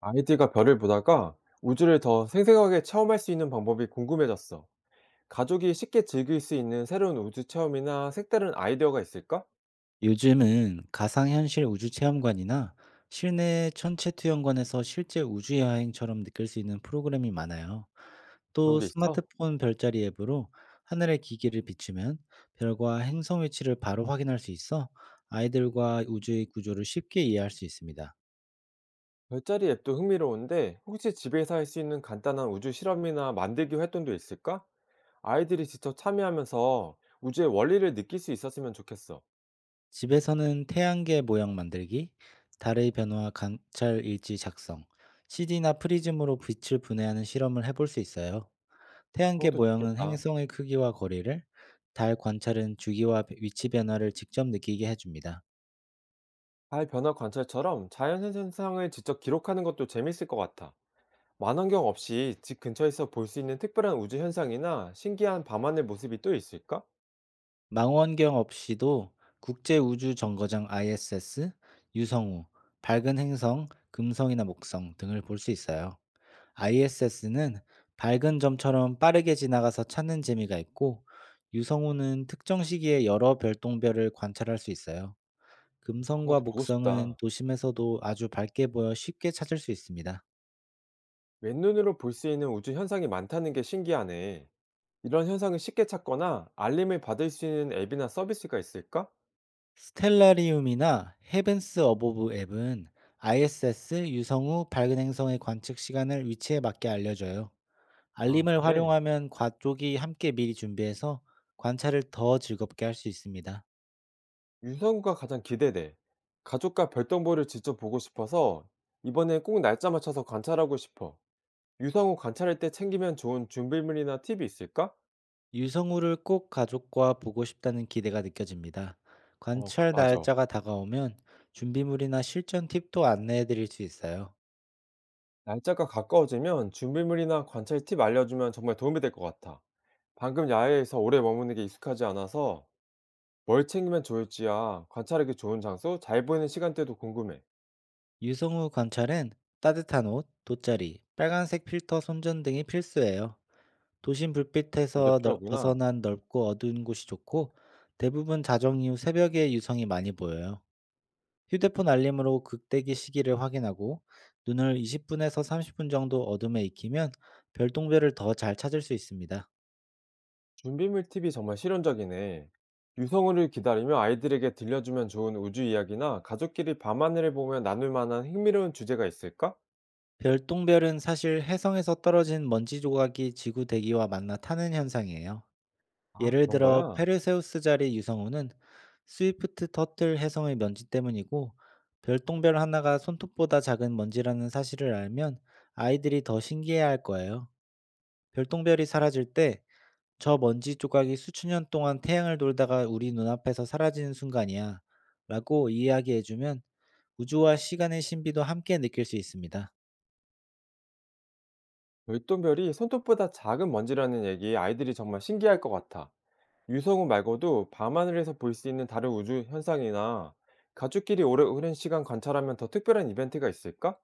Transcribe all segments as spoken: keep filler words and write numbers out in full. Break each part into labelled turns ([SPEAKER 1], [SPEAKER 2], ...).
[SPEAKER 1] 아이디가 별을 보다가 우주를 더 생생하게 체험할 수 있는 방법이 궁금해졌어. 가족이 쉽게 즐길 수 있는 새로운 우주 체험이나 색다른 아이디어가 있을까?
[SPEAKER 2] 요즘은 가상현실 우주체험관이나 실내 천체투영관에서 실제 우주여행처럼 느낄 수 있는 프로그램이 많아요.
[SPEAKER 1] 그런
[SPEAKER 2] 또
[SPEAKER 1] 게 있어?
[SPEAKER 2] 스마트폰 별자리 앱으로 하늘의 기기를 비추면 별과 행성 위치를 바로 확인할 수 있어 아이들과 우주의 구조를 쉽게 이해할 수 있습니다.
[SPEAKER 1] 별자리 앱도 흥미로운데 혹시 집에서 할 수 있는 간단한 우주 실험이나 만들기 활동도 있을까? 아이들이 직접 참여하면서 우주의 원리를 느낄 수 있었으면 좋겠어.
[SPEAKER 2] 집에서는 태양계 모형 만들기, 달의 변화 관찰 일지 작성, 씨디나 프리즘으로 빛을 분해하는 실험을 해볼 수 있어요.
[SPEAKER 1] 아, 그런
[SPEAKER 2] 태양계
[SPEAKER 1] 것도
[SPEAKER 2] 모형은
[SPEAKER 1] 좋겠다.
[SPEAKER 2] 행성의 크기와 거리를, 달 관찰은 주기와 위치 변화를 직접 느끼게 해줍니다.
[SPEAKER 1] 달 변화 관찰처럼 자연 현상을 직접 기록하는 것도 재밌을 것 같아. 만원경 없이 집 근처에서 볼 수 있는 특별한 우주 현상이나 신기한 밤하늘 모습이 또 있을까?
[SPEAKER 2] 망원경 없이도 국제우주정거장 아이에스에스, 유성우, 밝은 행성, 금성이나 목성 등을 볼 수 있어요. 아이에스에스는 밝은 점처럼 빠르게 지나가서 찾는 재미가 있고, 유성우는 특정 시기에 여러 별똥별을 관찰할 수 있어요.
[SPEAKER 1] 그런
[SPEAKER 2] 금성과
[SPEAKER 1] 것도 보고
[SPEAKER 2] 목성은
[SPEAKER 1] 싶다.
[SPEAKER 2] 도심에서도 아주 밝게 보여 쉽게 찾을 수 있습니다.
[SPEAKER 1] 맨눈으로 볼 수 있는 우주 현상이 많다는 게 신기하네. 이런 현상을 쉽게 찾거나 알림을 받을 수 있는 앱이나 서비스가 있을까?
[SPEAKER 2] 스텔라리움이나 헤븐스 어보브 앱은 아이에스에스 유성 후 밝은 행성의 관측 시간을 위치에 맞게 알려줘요.
[SPEAKER 1] 아,
[SPEAKER 2] 알림을
[SPEAKER 1] 그래?
[SPEAKER 2] 활용하면 과쪽이 함께 미리 준비해서 관찰을 더 즐겁게 할 수 있습니다.
[SPEAKER 1] 유성우가 가장 기대돼. 가족과 별똥별을 직접 보고 싶어서 이번엔 꼭 날짜 맞춰서 관찰하고 싶어. 유성우 관찰할 때 챙기면 좋은 준비물이나 팁이 있을까?
[SPEAKER 2] 유성우를 꼭 가족과 보고 싶다는 기대가 느껴집니다.
[SPEAKER 1] 어, 그-
[SPEAKER 2] 관찰
[SPEAKER 1] 맞아.
[SPEAKER 2] 날짜가 다가오면 준비물이나 실전 팁도 안내해 드릴 수 있어요.
[SPEAKER 1] 날짜가 가까워지면 준비물이나 관찰 팁 알려주면 정말 도움이 될 것 같아. 방금 야외에서 오래 머무는 게 익숙하지 않아서 뭘 챙기면 좋을지야 관찰하기 좋은 장소, 잘 보이는 시간대도 궁금해.
[SPEAKER 2] 유성우 관찰은 따뜻한 옷, 돗자리, 빨간색 필터 손전 등이 필수예요. 도심
[SPEAKER 1] 이게
[SPEAKER 2] 불빛에서 넓
[SPEAKER 1] 필요하구나.
[SPEAKER 2] 벗어난 넓고 어두운 곳이 좋고 대부분 자정 이후 새벽에 유성이 많이 보여요. 휴대폰 알림으로 극대기 시기를 확인하고 눈을 이십 분에서 삼십 분 정도 어둠에 익히면 별똥별을 더 잘 찾을 수 있습니다.
[SPEAKER 1] 준비물 팁이 정말 실용적이네. 유성우를 기다리며 아이들에게 들려주면 좋은 우주 이야기나 가족끼리 밤하늘을 보며 나눌 만한 흥미로운 주제가 있을까?
[SPEAKER 2] 별똥별은 사실 해성에서 떨어진 먼지 조각이 지구 대기와 만나 타는 현상이에요.
[SPEAKER 1] 아,
[SPEAKER 2] 예를
[SPEAKER 1] 그런
[SPEAKER 2] 들어
[SPEAKER 1] 거야?
[SPEAKER 2] 페르세우스 자리 유성우는 스위프트 터틀 혜성의 먼지 때문이고 별똥별 하나가 손톱보다 작은 먼지라는 사실을 알면 아이들이 더 신기해할 거예요. 별똥별이 사라질 때 저 먼지 조각이 수천 년 동안 태양을 돌다가 우리 눈앞에서 사라지는 순간이야, 라고 이야기해주면 우주와 시간의 신비도 함께 느낄 수 있습니다.
[SPEAKER 1] 별똥별이 손톱보다 작은 먼지라는 얘기 아이들이 정말 신기할 것 같아. 유성우 말고도 밤하늘에서 볼 수 있는 다른 우주 현상이나 가족끼리 오래, 오랜 시간 관찰하면 더 특별한 이벤트가 있을까?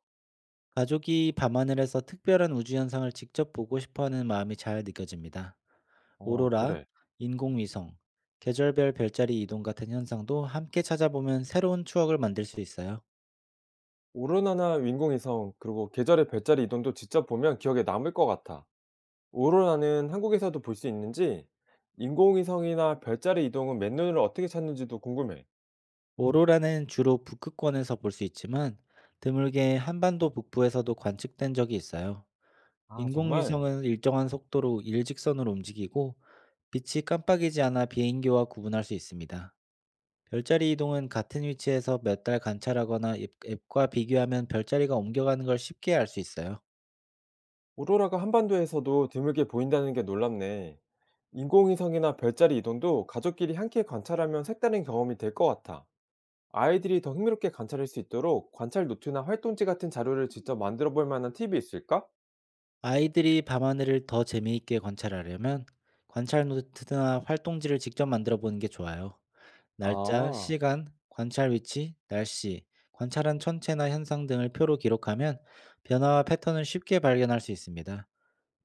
[SPEAKER 2] 가족이 밤하늘에서 특별한 우주 현상을 직접 보고 싶어 하는 마음이 잘 느껴집니다.
[SPEAKER 1] 어,
[SPEAKER 2] 오로라,
[SPEAKER 1] 그래.
[SPEAKER 2] 인공위성, 계절별 별자리 이동 같은 현상도 함께 찾아보면 새로운 추억을 만들 수 있어요.
[SPEAKER 1] 오로라나 윈공위성, 그리고 계절의 별자리 이동도 직접 보면 기억에 남을 것 같아. 오로라는 한국에서도 볼 수 있는지, 인공위성이나 별자리 이동은 맨눈으로 어떻게 찾는지도 궁금해.
[SPEAKER 2] 오로라는 주로 북극권에서 볼 수 있지만 드물게 한반도 북부에서도 관측된 적이 있어요.
[SPEAKER 1] 아, 정말.
[SPEAKER 2] 인공위성은 일정한 속도로 일직선으로 움직이고 빛이 깜빡이지 않아 비행기와 구분할 수 있습니다. 별자리 이동은 같은 위치에서 몇 달 관찰하거나 앱- 앱과 비교하면 별자리가 옮겨가는 걸 쉽게 알 수 있어요.
[SPEAKER 1] 오로라가 한반도에서도 드물게 보인다는 게 놀랍네. 인공위성이나 별자리 이동도 가족끼리 함께 관찰하면 색다른 경험이 될 것 같아. 아이들이 더 흥미롭게 관찰할 수 있도록 관찰 노트나 활동지 같은 자료를 직접 만들어 볼 만한 팁이 있을까?
[SPEAKER 2] 아이들이 밤하늘을 더 재미있게 관찰하려면 관찰 노트나 활동지를 직접 만들어 보는 게 좋아요. 날짜,
[SPEAKER 1] 아,
[SPEAKER 2] 시간, 관찰 위치, 날씨, 관찰한 천체나 현상 등을 표로 기록하면 변화와 패턴을 쉽게 발견할 수 있습니다.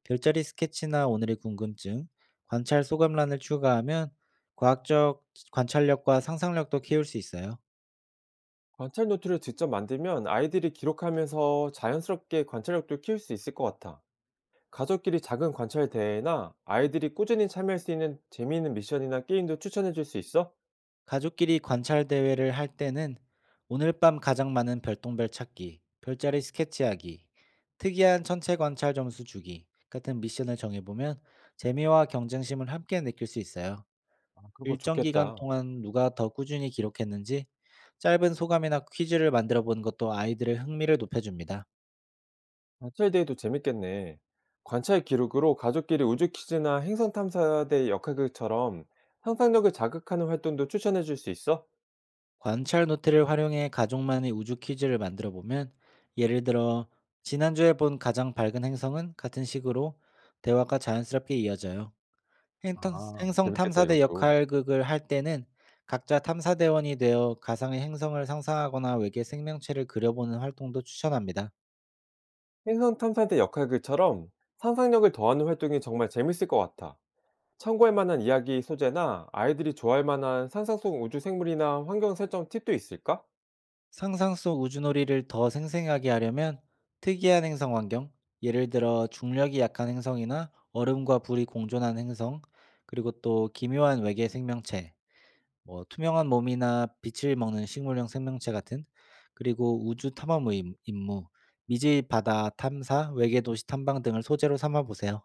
[SPEAKER 2] 별자리 스케치나 오늘의 궁금증, 관찰 소감란을 추가하면 과학적 관찰력과 상상력도 키울 수 있어요.
[SPEAKER 1] 관찰 노트를 직접 만들면 아이들이 기록하면서 자연스럽게 관찰력도 키울 수 있을 것 같아. 가족끼리 작은 관찰 대회나 아이들이 꾸준히 참여할 수 있는 재미있는 미션이나 게임도 추천해 줄 수 있어?
[SPEAKER 2] 가족끼리 관찰 대회를 할 때는 오늘 밤 가장 많은 별똥별 찾기, 별자리 스케치하기, 특이한 천체 관찰 점수 주기 같은 미션을 정해보면 재미와 경쟁심을 함께 느낄 수 있어요.
[SPEAKER 1] 아, 그거
[SPEAKER 2] 일정 기간
[SPEAKER 1] 좋겠다.
[SPEAKER 2] 동안 누가 더 꾸준히 기록했는지 짧은 소감이나 퀴즈를 만들어 보는 것도 아이들의 흥미를 높여줍니다.
[SPEAKER 1] 관찰 대회도 재밌겠네. 관찰 기록으로 가족끼리 우주 퀴즈나 행성 탐사대 역학극처럼 상상력을 자극하는 활동도 추천해 줄 수 있어?
[SPEAKER 2] 관찰 노트를 활용해 가족만의 우주 퀴즈를 만들어 보면 예를 들어 지난주에 본 가장 밝은 행성은 같은 식으로 대화가 자연스럽게 이어져요. 행
[SPEAKER 1] 아,
[SPEAKER 2] 행성
[SPEAKER 1] 재밌겠다
[SPEAKER 2] 탐사대
[SPEAKER 1] 이것도.
[SPEAKER 2] 역할극을 할 때는 각자 탐사대원이 되어 가상의 행성을 상상하거나 외계 생명체를 그려보는 활동도 추천합니다.
[SPEAKER 1] 행성 탐사대 역할극처럼 상상력을 더하는 활동이 정말 재밌을 것 같아. 참고할 만한 이야기 소재나 아이들이 좋아할 만한 상상 속 우주 생물이나 환경 설정 팁도 있을까?
[SPEAKER 2] 상상 속 우주놀이를 더 생생하게 하려면 특이한 행성 환경, 예를 들어 중력이 약한 행성이나 얼음과 불이 공존하는 행성, 그리고 또 기묘한 외계 생명체, 뭐 투명한 몸이나 빛을 먹는 식물형 생명체 같은 그리고 우주 탐험 의 임무, 미지 바다 탐사, 외계 도시 탐방 등을 소재로 삼아 보세요.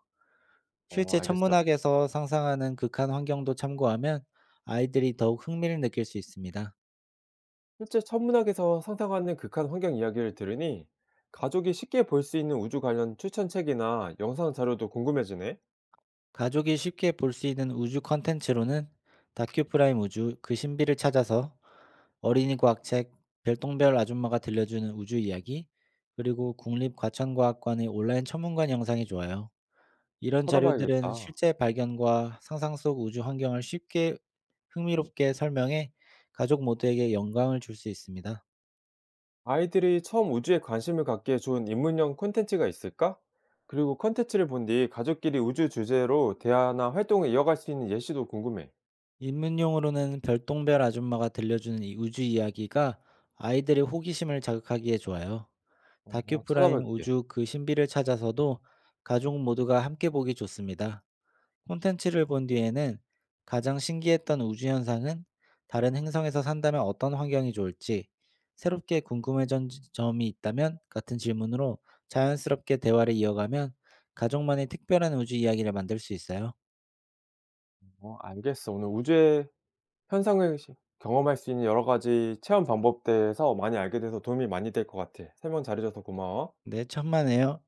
[SPEAKER 1] 어,
[SPEAKER 2] 실제
[SPEAKER 1] 알겠어.
[SPEAKER 2] 천문학에서 상상하는 극한 환경도 참고하면 아이들이 더욱 흥미를 느낄 수 있습니다.
[SPEAKER 1] 실제 천문학에서 상상하는 극한 환경 이야기를 들으니 가족이 쉽게 볼 수 있는 우주 관련 추천 책이나 영상 자료도 궁금해지네.
[SPEAKER 2] 가족이 쉽게 볼 수 있는 우주 컨텐츠로는 다큐 프라임 우주 그 신비를 찾아서, 어린이 과학책 별똥별 아줌마가 들려주는 우주 이야기, 그리고 국립과천과학관의 온라인 천문관 영상이 좋아요. 이런 자료들은
[SPEAKER 1] 찾아봐야겠다.
[SPEAKER 2] 실제 발견과 상상 속 우주 환경을 쉽게 흥미롭게 설명해 가족 모두에게 영감을 줄 수 있습니다.
[SPEAKER 1] 아이들이 처음 우주에 관심을 갖기에 좋은 입문형 콘텐츠가 있을까? 그리고 콘텐츠를 본 뒤 가족끼리 우주 주제로 대화나 활동을 이어갈 수 있는 예시도 궁금해.
[SPEAKER 2] 입문용으로는 별똥별 아줌마가 들려주는 이 우주 이야기가 아이들의 호기심을 자극하기에 좋아요.
[SPEAKER 1] 어,
[SPEAKER 2] 다큐프라임
[SPEAKER 1] 찾아볼게.
[SPEAKER 2] 우주 그 신비를 찾아서도 가족 모두가 함께 보기 좋습니다. 콘텐츠를 본 뒤에는 가장 신기했던 우주 현상은, 다른 행성에서 산다면 어떤 환경이 좋을지, 새롭게 궁금해진 점이 있다면 같은 질문으로 자연스럽게 대화를 이어가면 가족만의 특별한 우주 이야기를 만들 수 있어요.
[SPEAKER 1] 어, 알겠어. 오늘 우주의 현상을 시- 경험할 수 있는 여러 가지 체험 방법에 대해서 많이 알게 돼서 도움이 많이 될 것 같아. 설명 잘해줘서 고마워.
[SPEAKER 2] 네, 천만에요.